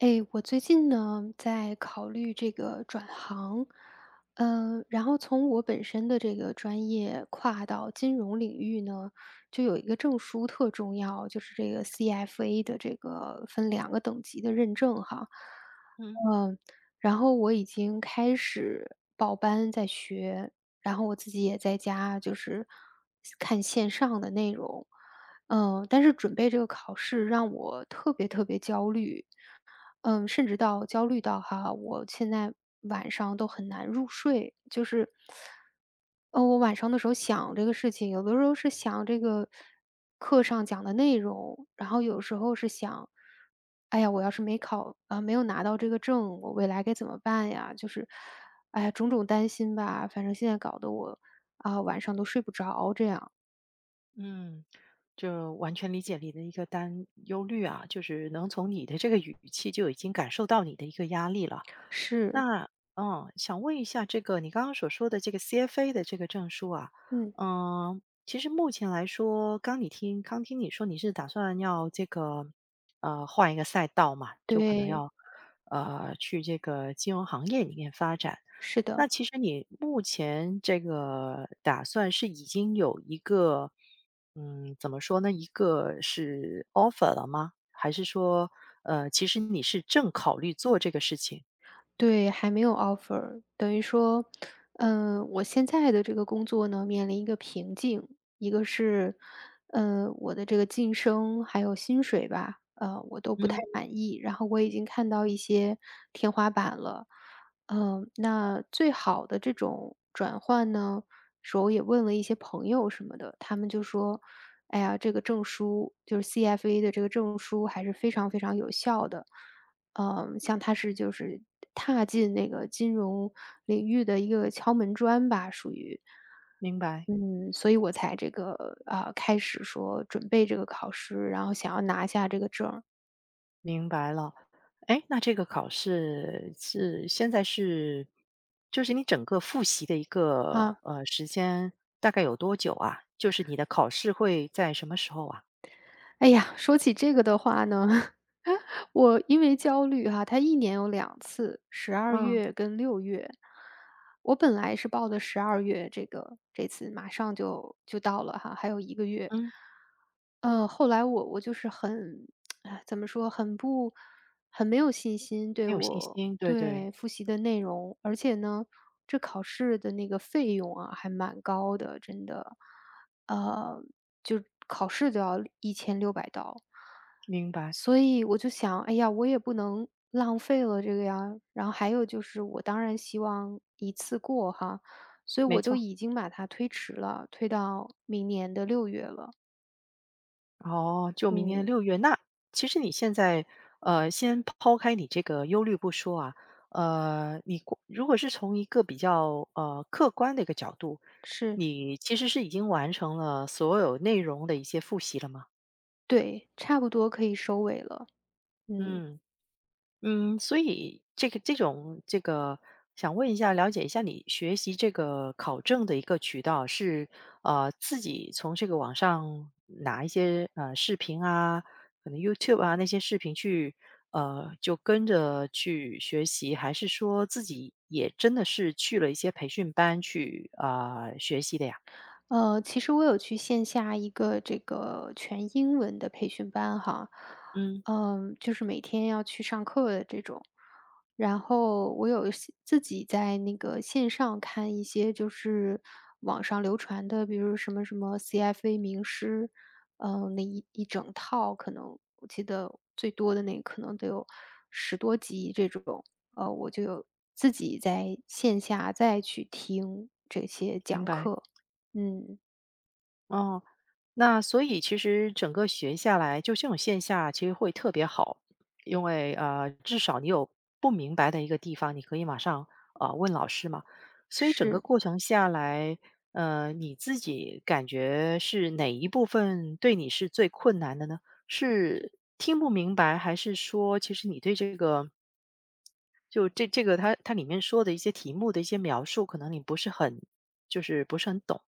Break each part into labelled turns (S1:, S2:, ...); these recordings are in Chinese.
S1: 哎，我最近呢在考虑这个转行。然后从我本身的这个专业跨到金融领域呢，就有一个证书特重要，就是这个 CFA 的这个分两个等级的认证哈。
S2: 嗯
S1: 嗯，然后我已经开始报班在学，然后我自己也在家就是看线上的内容。但是准备这个考试让我特别特别焦虑。嗯，甚至到焦虑到哈，我现在晚上都很难入睡，就是，我晚上的时候想这个事情，有的时候是想这个课上讲的内容，然后有时候是想，哎呀，我要是没考没有拿到这个证，我未来该怎么办呀？就是，哎呀，种种担心吧，反正现在搞得我晚上都睡不着，这样。
S2: 嗯，就完全理解你的一个担忧虑啊，就是能从你的这个语气就已经感受到你的一个压力了。
S1: 是。
S2: 那想问一下，这个你刚刚所说的这个 CFA 的这个证书啊，
S1: 嗯。
S2: 嗯，其实目前来说，刚听你说你是打算要这个换一个赛道嘛，就可能
S1: 对，
S2: 要去这个金融行业里面发展。
S1: 是
S2: 那
S1: 的。
S2: 其实你目前这个打算是已经有一个，嗯，怎么说呢？一个是 offer 了吗？还是说，其实你是正考虑做这个事情？
S1: 对，还没有 offer，等于说，我现在的这个工作呢，面临一个瓶颈，一个是，嗯，我的这个晋升还有薪水吧，呃，我都不太
S2: 嗯，
S1: 满意，然后我已经看到一些天花板了。那最好的这种转换呢？说我也问了一些朋友什么的，他们就说："哎呀，这个证书就是 CFA 的这个证书还是非常非常有效的。"嗯，像它是就是踏进那个金融领域的一个敲门砖吧，属于。
S2: 明白，
S1: 嗯，所以我才这个，啊，开始说准备这个考试，然后想要拿下这个证儿
S2: 明白了。哎，那这个考试是现在是，就是你整个复习的一个
S1: 啊。
S2: 时间大概有多久啊？就是你的考试会在什么时候啊？
S1: 哎呀，说起这个的话呢，我因为焦虑哈，它一年有两次十二
S2: 嗯
S1: 月跟六月。我本来是报的十二月这个这次马上就到了哈，还有1个月。
S2: 嗯，
S1: 嗯，后来我就是很，哎怎么说，很没有信心对
S2: 没有信
S1: 我
S2: 心，对对，
S1: 对，复习的内容。而且呢，这考试的那个费用啊，还蛮高的，真的。呃，就考试都要1600刀。
S2: 明白，
S1: 所以我就想，哎呀，我也不能浪费了这个呀。然后还有就是我当然希望一次过哈，所以
S2: 没
S1: 我就
S2: 错。
S1: 已经把它推迟了，推到明年的六月了。
S2: 哦，就明年
S1: 嗯，
S2: 六月。那其实你现在，先抛开你这个忧虑不说啊，你过如果是从一个比较，客观的一个角度，
S1: 是。
S2: 你其实是已经完成了所有内容的一些复习了吗？
S1: 对，差不多可以收尾了。嗯。
S2: 嗯。嗯，所以这个这种这个，想问一下，了解一下你学习这个考证的一个渠道是自己从这个网上拿一些视频啊，可能 YouTube 啊那些视频去就跟着去学习，还是说自己也真的是去了一些培训班去啊、学习的呀？
S1: 其实我有去线下一个这个全英文的培训班哈。
S2: 嗯，
S1: 嗯，就是每天要去上课的这种。然后我有些自己在那个线上看一些就是网上流传的，比如什么什么 CFA 名师。嗯，那一整套可能我记得最多的那可能得有10多集这种。我就有自己在线下再去听这些
S2: 明
S1: 讲
S2: 白。
S1: 课。嗯。
S2: 哦，那所以其实整个学下来，就这种线下其实会特别好，因为至少你有不明白的一个地方，你可以马上啊问老师嘛。所以整个
S1: 是。
S2: 过程下来，你自己感觉是哪一部分对你是最困难的呢？是听不明白，还是说其实你对这个就这这个它里面说的一些题目的一些描述，可能你不是很就是不是很懂？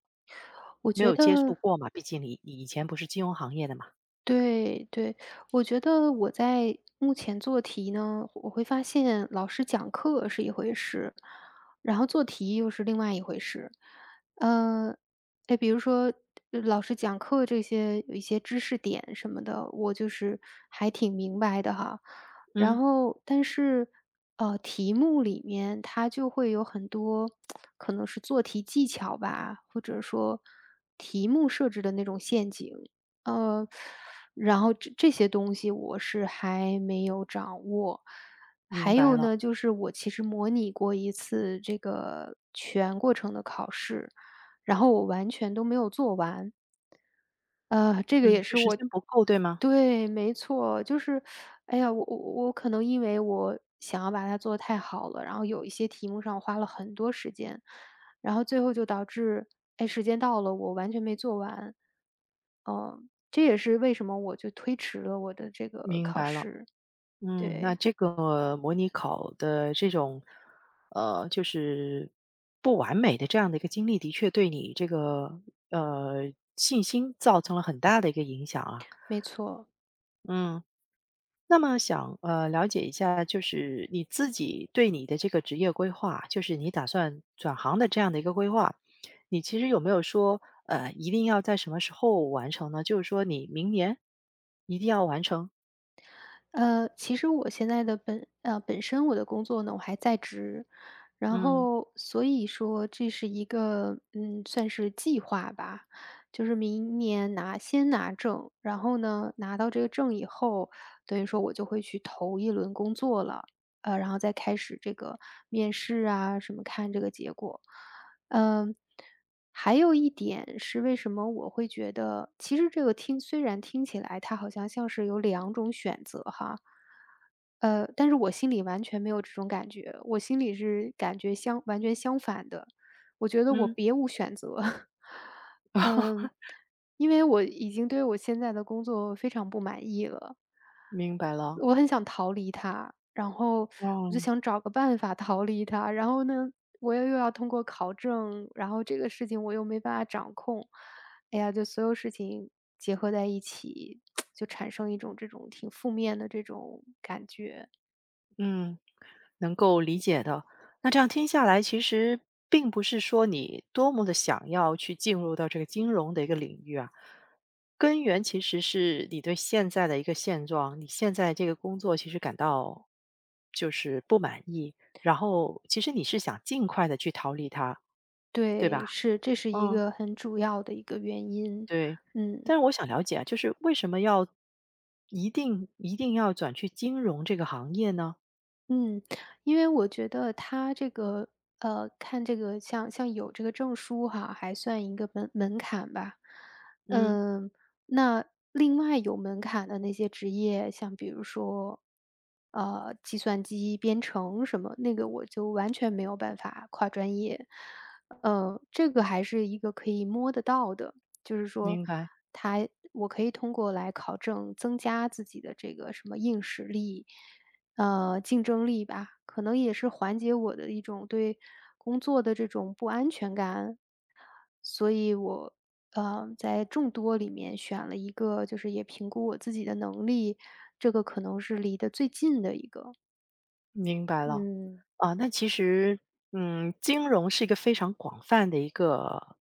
S1: 我
S2: 没
S1: 觉
S2: 有接
S1: 得
S2: 触过嘛，毕竟你以前不是金融行业的嘛。
S1: 对对，我觉得我在目前做题呢，我会发现老师讲课是一回事，然后做题又是另外一回事。呃，哎，比如说老师讲课这些有一些知识点什么的，我就是还挺明白的哈。然
S2: 嗯，
S1: 后，但是题目里面它就会有很多可能是做题技巧吧，或者说题目设置的那种陷阱。呃。然后这些东西我是还没有掌握。
S2: 明
S1: 还
S2: 白
S1: 有
S2: 了，
S1: 呢，就是我其实模拟过一次这个全过程的考试，然后我完全都没有做完。这个
S2: 嗯，
S1: 也
S2: 就
S1: 是
S2: 时
S1: 我。
S2: 间不够，对吗？
S1: 对，没错，就是，哎呀，我我可能因为我想要把它做得太好了，然后有一些题目上花了很多时间，然后最后就导致，哎，时间到了，我完全没做完。嗯，这也是为什么我就推迟了我的这个
S2: 明
S1: 考
S2: 白了，
S1: 试。
S2: 嗯，那
S1: 对，
S2: 这个模拟考的这种，就是不完美的这样的一个经历，的确对你这个信心造成了很大的一个影响啊。
S1: 没错。
S2: 嗯，那么想了解一下，就是你自己对你的这个职业规划，就是你打算转行的这样的一个规划，你其实有没有说一定要在什么时候完成呢？就是说你明年一定要完成。
S1: 呃，其实我现在的本呃，本身我的工作呢，我还在职，然
S2: 嗯
S1: 后所以说这是一个，嗯，算是计划吧，就是明年先拿证，然后呢，拿到这个证以后，等于说我就会去投一轮工作了。然后再开始这个面试啊，什么看这个结果。嗯，还有一点是为什么我会觉得，其实这个虽然听起来它好像是有两种选择哈，但是我心里完全没有这种感觉，我心里是感觉完全相反的，我觉得我
S2: 嗯，
S1: 别无选择。嗯，因为我已经对我现在的工作非常不满意了。
S2: 明白了。
S1: 我很想逃离它，然后我就
S2: 哦，
S1: 想找个办法逃离它，然后呢我又要通过考证，然后这个事情我又没办法掌控，哎呀，就所有事情结合在一起，就产生一种这种挺负面的这种感觉。
S2: 嗯，能够理解的。那这样听下来，其实并不是说你多么的想要去进入到这个金融的一个领域啊，根源其实是你对现在的一个现状，你现在这个工作其实感到就是不满意，然后其实你是想尽快的去逃离它，对吧？
S1: 对，是，这是一
S2: 嗯，
S1: 个很主要的一个原因。
S2: 对。
S1: 嗯。
S2: 但是我想了解啊，就是为什么要一定要转去金融这个行业呢？
S1: 嗯，因为我觉得他这个看这个像有这个证书哈，还算一个门槛吧。
S2: 嗯，
S1: 嗯，那另外有门槛的那些职业，像比如说，计算机编程什么，那个我就完全没有办法跨专业。这个还是一个可以摸得到的，就是说
S2: 明白。
S1: 他我可以通过来考证增加自己的这个什么硬实力。竞争力吧，可能也是缓解我的一种对工作的这种不安全感。所以我，在众多里面选了一个，就是也评估我自己的能力，这个可能是离得最近的一个。
S2: 明白了，
S1: 嗯，
S2: 啊，那其实，嗯，金融是一个非常广泛的一个，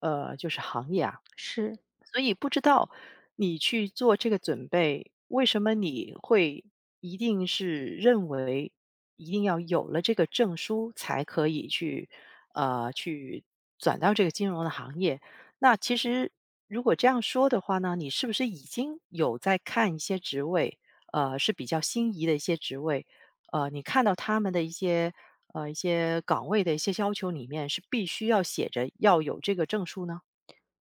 S2: 就是行业啊，
S1: 是。
S2: 所以不知道你去做这个准备，为什么你会一定是认为一定要有了这个证书才可以去，去转到这个金融的行业？那其实如果这样说的话呢，你是不是已经有在看一些职位，是比较心仪的一些职位？你看到他们的一些一些岗位的一些要求里面，是必须要写着要有这个证书呢？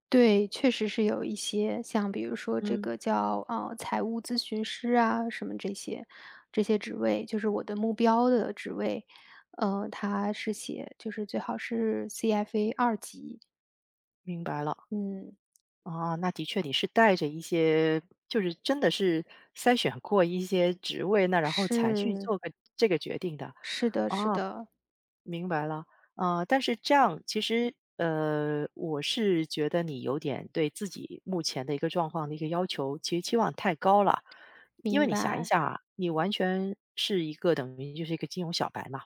S1: 对，确实是有一些，像比如说这
S2: 嗯，
S1: 个叫，财务咨询师啊，什么这些职位，就是我的目标的职位，他是写就是最好是 CFA 2级。
S2: 明白了。
S1: 嗯，
S2: 啊，那的确你是带着一些，就是真的是筛选过一些职位，那然后才去
S1: 是，
S2: 做个这个决定的。
S1: 是的是
S2: 啊，
S1: 的。
S2: 明白了，啊，但是这样其实，我是觉得你有点对自己目前的一个状况的一个要求，其实期望太高了。因为
S1: 明
S2: 你想一
S1: 白。
S2: 下啊，你完全是一个等于就是一个金融小白嘛，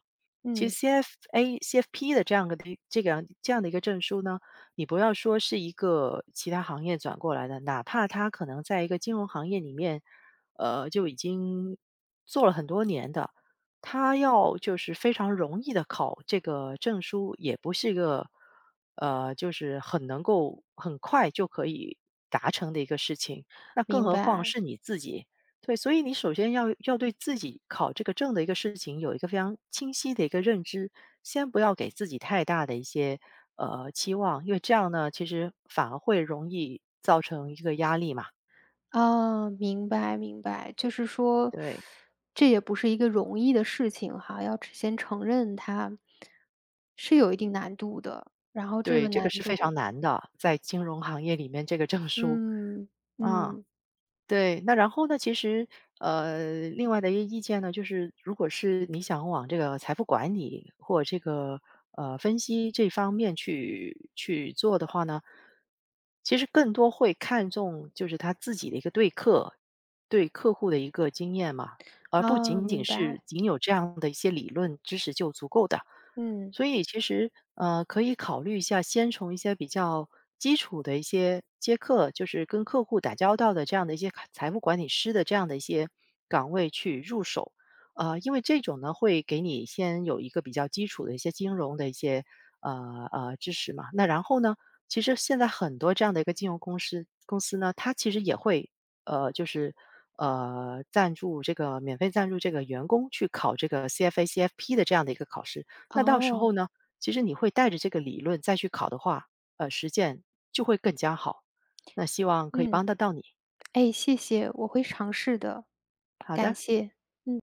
S2: 其
S1: 嗯。
S2: 实 CFA、CFP 的这样个的一这个这样的一个证书呢，你不要说是一个其他行业转过来的，哪怕他可能在一个金融行业里面，就已经做了很多年的，他要就是非常容易的考这个证书，也不是一个就是很能够很快就可以达成的一个事情。那更
S1: 明
S2: 何况
S1: 白。
S2: 是你自己对，所以你首先要对自己考这个证的一个事情有一个非常清晰的一个认知，先不要给自己太大的一些期望，因为这样呢，其实反而会容易造成一个压力嘛。
S1: 哦，明白明白，就是说，
S2: 对
S1: 这也不是一个容易的事情哈，要只先承认它是有一定难度的，然后这
S2: 对，
S1: 个
S2: 这
S1: 难
S2: 个是非
S1: 度。
S2: 常难的，在金融行业里面这个证书，
S1: 嗯。
S2: 啊。
S1: 嗯。
S2: 对，那然后呢，其实，另外的一个意见呢，就是如果是你想往这个财富管理或这个，分析这方面去去做的话呢，其实更多会看重就是他自己的一个对客户的一个经验嘛，而不
S1: 哦，
S2: 仅仅
S1: 明
S2: 是
S1: 白。
S2: 仅有这样的一些理论知识就足够的。
S1: 嗯。
S2: 所以其实，可以考虑一下，先从一些比较基础的一些接客，就是跟客户打交道的这样的一些卡财富管理师的这样的一些岗位去入手。因为这种呢，会给你先有一个比较基础的一些金融的一些知识嘛。那然后呢，其实现在很多这样的一个金融公司呢，它其实也会就是赞助这个免费赞助这个员工去考这个 CFA、CFP 的这样的一个考试。那到时
S1: 哦。
S2: 候呢，其实你会带着这个理论再去考的话，实践就会更加好。那希望可以
S1: 嗯。
S2: 帮得到你。
S1: 哎，谢谢，我会尝试的。
S2: 好
S1: 感
S2: 的。
S1: 谢。